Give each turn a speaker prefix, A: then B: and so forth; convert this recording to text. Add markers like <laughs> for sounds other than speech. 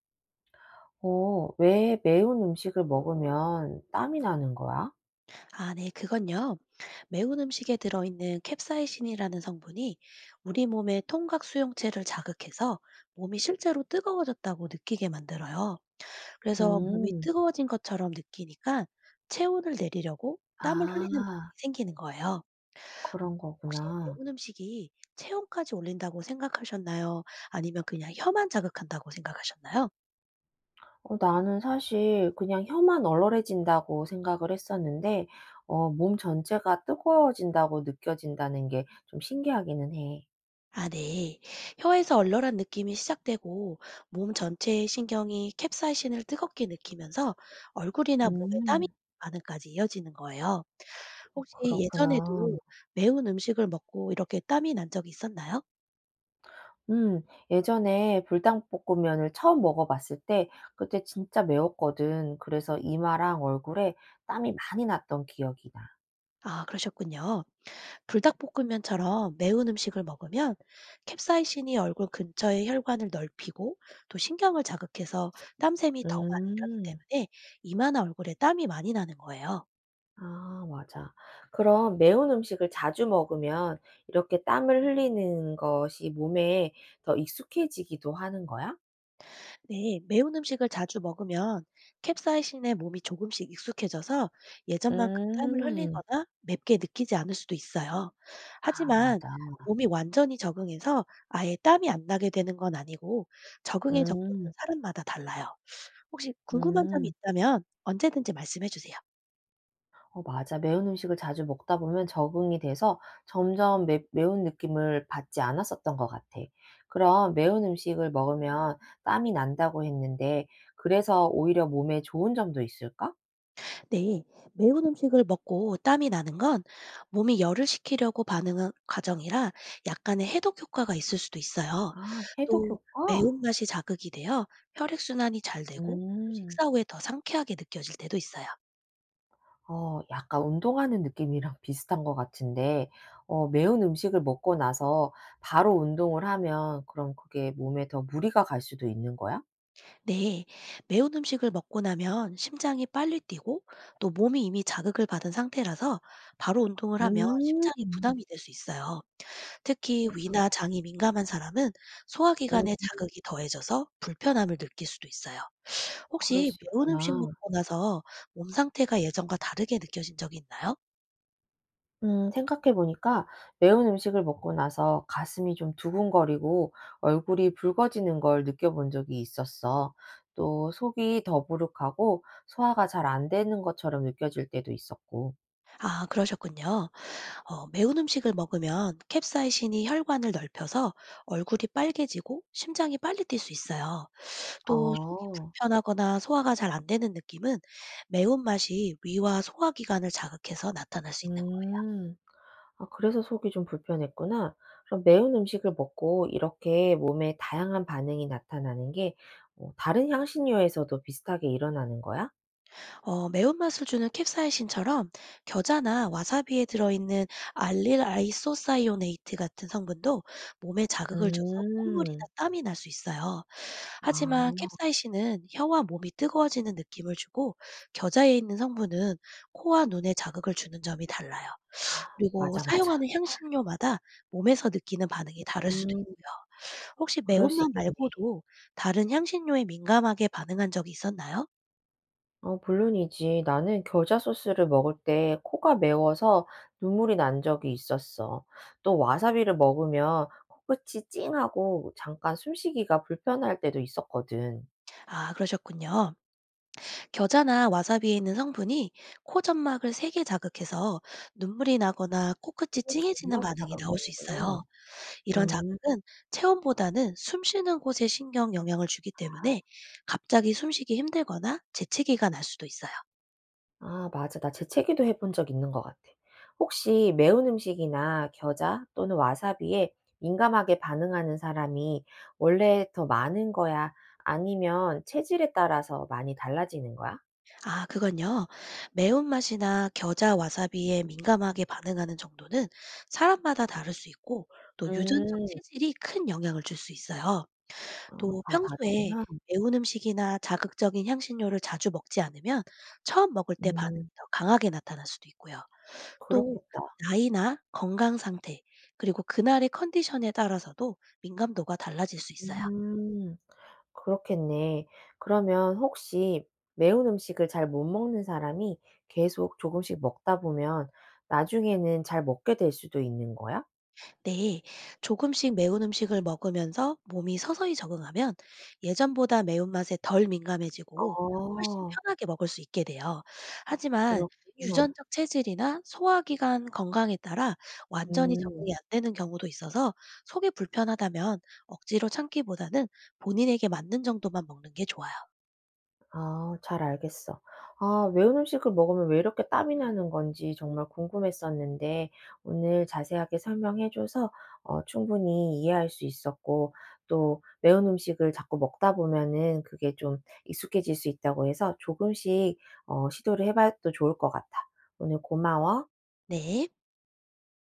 A: 왜 매운 음식을 먹으면 땀이 나는 거야?
B: 아, 네, 그건요. 매운 음식에 들어있는 캡사이신이라는 성분이 우리 몸의 통각 수용체를 자극해서 몸이 실제로 뜨거워졌다고 느끼게 만들어요. 그래서 몸이
A: 음.
B: 뜨거워진 것처럼 느끼니까 체온을 내리려고 땀을 흘리는
A: 아,
B: 반응이 생기는 거예요. 뭐,
A: 그런
B: 혹시
A: 거구나.
B: 매운 음식이 체온까지 올린다고 생각하셨나요? 아니면 그냥 혀만 자극한다고 생각하셨나요?
A: 나는 사실 그냥 혀만 얼얼해진다고 생각을 했었는데, 몸 전체가 뜨거워진다고 느껴진다는 게 좀 신기하기는 해.
B: 아, 네. 혀에서 얼얼한 느낌이 시작되고 몸 전체의 신경이 캡사이신을 뜨겁게 느끼면서 얼굴이나 몸에 땀이
A: 음,
B: 반응까지 이어지는 거예요. 혹시
A: 그렇구나.
B: 예전에도 매운 음식을 먹고 이렇게 땀이 난 적이 있었나요?
A: 음, 예전에 불닭볶음면을 처음 먹어봤을 때, 그때 진짜 매웠거든. 그래서 이마랑 얼굴에 땀이 많이 났던 기억이 나.
B: 아, 그러셨군요. 불닭볶음면처럼 매운 음식을 먹으면 캡사이신이 얼굴 근처의 혈관을 넓히고 또 신경을 자극해서 땀샘이 더 많이 일어나기
A: 음.
B: 때문에 이마나 얼굴에 땀이 많이 나는 거예요.
A: 아 맞아. 그럼 매운 음식을 자주 먹으면 이렇게 땀을 흘리는 것이 몸에 더 익숙해지기도 하는 거야?
B: 네, 매운 음식을 자주 먹으면 캡사이신에 몸이 조금씩 익숙해져서 예전만큼 땀을
A: 음.
B: 흘리거나 맵게 느끼지 않을 수도 있어요.
A: 아
B: 하지만
A: 맞아.
B: 몸이 완전히 적응해서 아예 땀이 안 나게 되는 건 아니고 적응의 정도는
A: 음.
B: 사람마다 달라요. 혹시 궁금한 점이
A: 음.
B: 있다면 언제든지 말씀해 주세요.
A: 어 맞아. 매운 음식을 자주 먹다 보면 적응이 돼서 점점 매 매운 느낌을 받지 않았었던 것 같아. 그럼 매운 음식을 먹으면 땀이 난다고 했는데 그래서 오히려 몸에 좋은 점도 있을까?
B: 네, 매운 음식을 먹고 땀이 나는 건 몸이 열을 식히려고 반응하는 과정이라 약간의 해독 효과가 있을 수도 있어요.
A: 아 해독
B: 또
A: 효과?
B: 매운맛이 자극이 되어 혈액순환이 잘 되고 또
A: 음.
B: 식사 후에 더 상쾌하게 느껴질 때도 있어요.
A: 약간 운동하는 느낌이랑 <laughs> 비슷한 것 같은데 매운 음식을 먹고 나서 바로 운동을 하면 그럼 그게 몸에 더 무리가 갈 수도 있는 거야?
B: 네, 매운 음식을 먹고 나면 심장이 빨리 뛰고 또 몸이 이미 자극을 받은 상태라서 바로 운동을 하면
A: 음.
B: 심장에 부담이 될 수 있어요. 특히 위나
A: 세상에.
B: 장이 민감한 사람은
A: 음
B: 소화기관에 자극이 더해져서 불편함을 느낄 수도 있어요.
A: 그럴
B: 혹시
A: 수
B: 매운 음식
A: 있구나.
B: 먹고 나서 몸 상태가 예전과 다르게 느껴진 적이 있나요?
A: 생각해 보니까 매운 음식을 먹고 나서 가슴이 좀 두근거리고 얼굴이 붉어지는 걸 느껴본 적이 있었어. 또 속이 더부룩하고 소화가 잘 안 되는 것처럼 느껴질 때도 있었고.
B: 아, 그러셨군요. 매운 음식을 먹으면 캡사이신이 혈관을 넓혀서 얼굴이 빨개지고 심장이 빨리 뛸 수 있어요. 또 속이
A: 어.
B: 불편하거나 소화가 잘 안 되는 느낌은 매운맛이 위와 소화기관을 자극해서 나타날 수 있는
A: 음. 아 그래서 속이 좀 불편했구나. 그럼 매운 음식을 먹고 이렇게 몸에 다양한 반응이 나타나는 게 다른 향신료에서도 비슷하게 일어나는 거야?
B: 매운맛을 주는 캡사이신처럼 겨자나 와사비에 들어있는 알릴 아이소사이오네이트 같은 성분도 몸에 자극을 줘서 콧물이나
A: 음.
B: 땀이 날 수 있어요. 하지만
A: 아
B: 캡사이신은 혀와 몸이 뜨거워지는 느낌을 주고 겨자에 있는 성분은 코와 눈에 자극을 주는 점이 달라요. 그리고
A: 맞아, 맞아.
B: 사용하는 향신료마다 몸에서 느끼는 반응이 다를 수도
A: 음
B: 있고요. 혹시
A: 그럴 수
B: 매운맛
A: 있겠네.
B: 말고도 다른 향신료에 민감하게 반응한 적이 있었나요?
A: 어 물론이지. 나는 겨자 소스를 먹을 때 코가 매워서 눈물이 난 적이 있었어. 또 와사비를 먹으면 코끝이 찡하고 잠깐 숨쉬기가 불편할 때도 있었거든.
B: 아, 그러셨군요. 겨자나 와사비에 있는 성분이 코 점막을 세게 자극해서 눈물이 나거나 코끝이 찡해지는
A: 점막을
B: 반응이 나올 수 있어요.
A: 자극하는구나.
B: 이런
A: 음.
B: 자극은 체온보다는 숨 쉬는 곳에 신경 영향을 주기 때문에 갑자기 숨쉬기 힘들거나 재채기가 날 수도 있어요.
A: 아 맞아. 나 재채기도 해본 적 있는 것 같아. 혹시 매운 음식이나 겨자 또는 와사비에 민감하게 반응하는 사람이 원래 더 많은 거야? 아니면 체질에 따라서 많이 달라지는 거야?
B: 아, 그건요. 매운맛이나 겨자, 와사비에 민감하게 반응하는 정도는 사람마다 다를 수 있고 또 유전적
A: 음.
B: 체질이 큰 영향을 줄 수 있어요.
A: 어
B: 또
A: 다
B: 평소에
A: 다르구나.
B: 매운 음식이나 자극적인 향신료를 자주 먹지 않으면 처음 먹을 때 반응이
A: 음.
B: 더 강하게 나타날 수도 있고요. 또
A: 그렇겠다.
B: 나이나 건강 상태, 그리고 그날의 컨디션에 따라서도 민감도가 달라질 수 있어요.
A: 음. 그렇겠네. 그러면 혹시 매운 음식을 잘 못 먹는 사람이 계속 조금씩 먹다 보면 나중에는 잘 먹게 될 수도 있는 거야?
B: 네, 조금씩 매운 음식을 먹으면서 몸이 서서히 적응하면 예전보다 매운맛에 덜 민감해지고 훨씬
A: 아.
B: 편하게 먹을 수 있게 돼요. 하지만
A: 그렇구나.
B: 유전적 체질이나 소화기관 건강에 따라 완전히
A: 음.
B: 적응이 안 되는 경우도 있어서 속이 불편하다면 억지로 참기보다는 본인에게 맞는 정도만 먹는 게 좋아요.
A: 아 잘 알겠어. 아 매운 음식을 먹으면 왜 이렇게 땀이 나는 건지 정말 궁금했었는데 오늘 자세하게 설명해 줘서 충분히 이해할 수 있었고 또 매운 음식을 자꾸 먹다 보면은 그게 좀 익숙해질 수 있다고 해서 조금씩 시도를 해 봐도 좋을 것 같아. 오늘 고마워.
B: 네.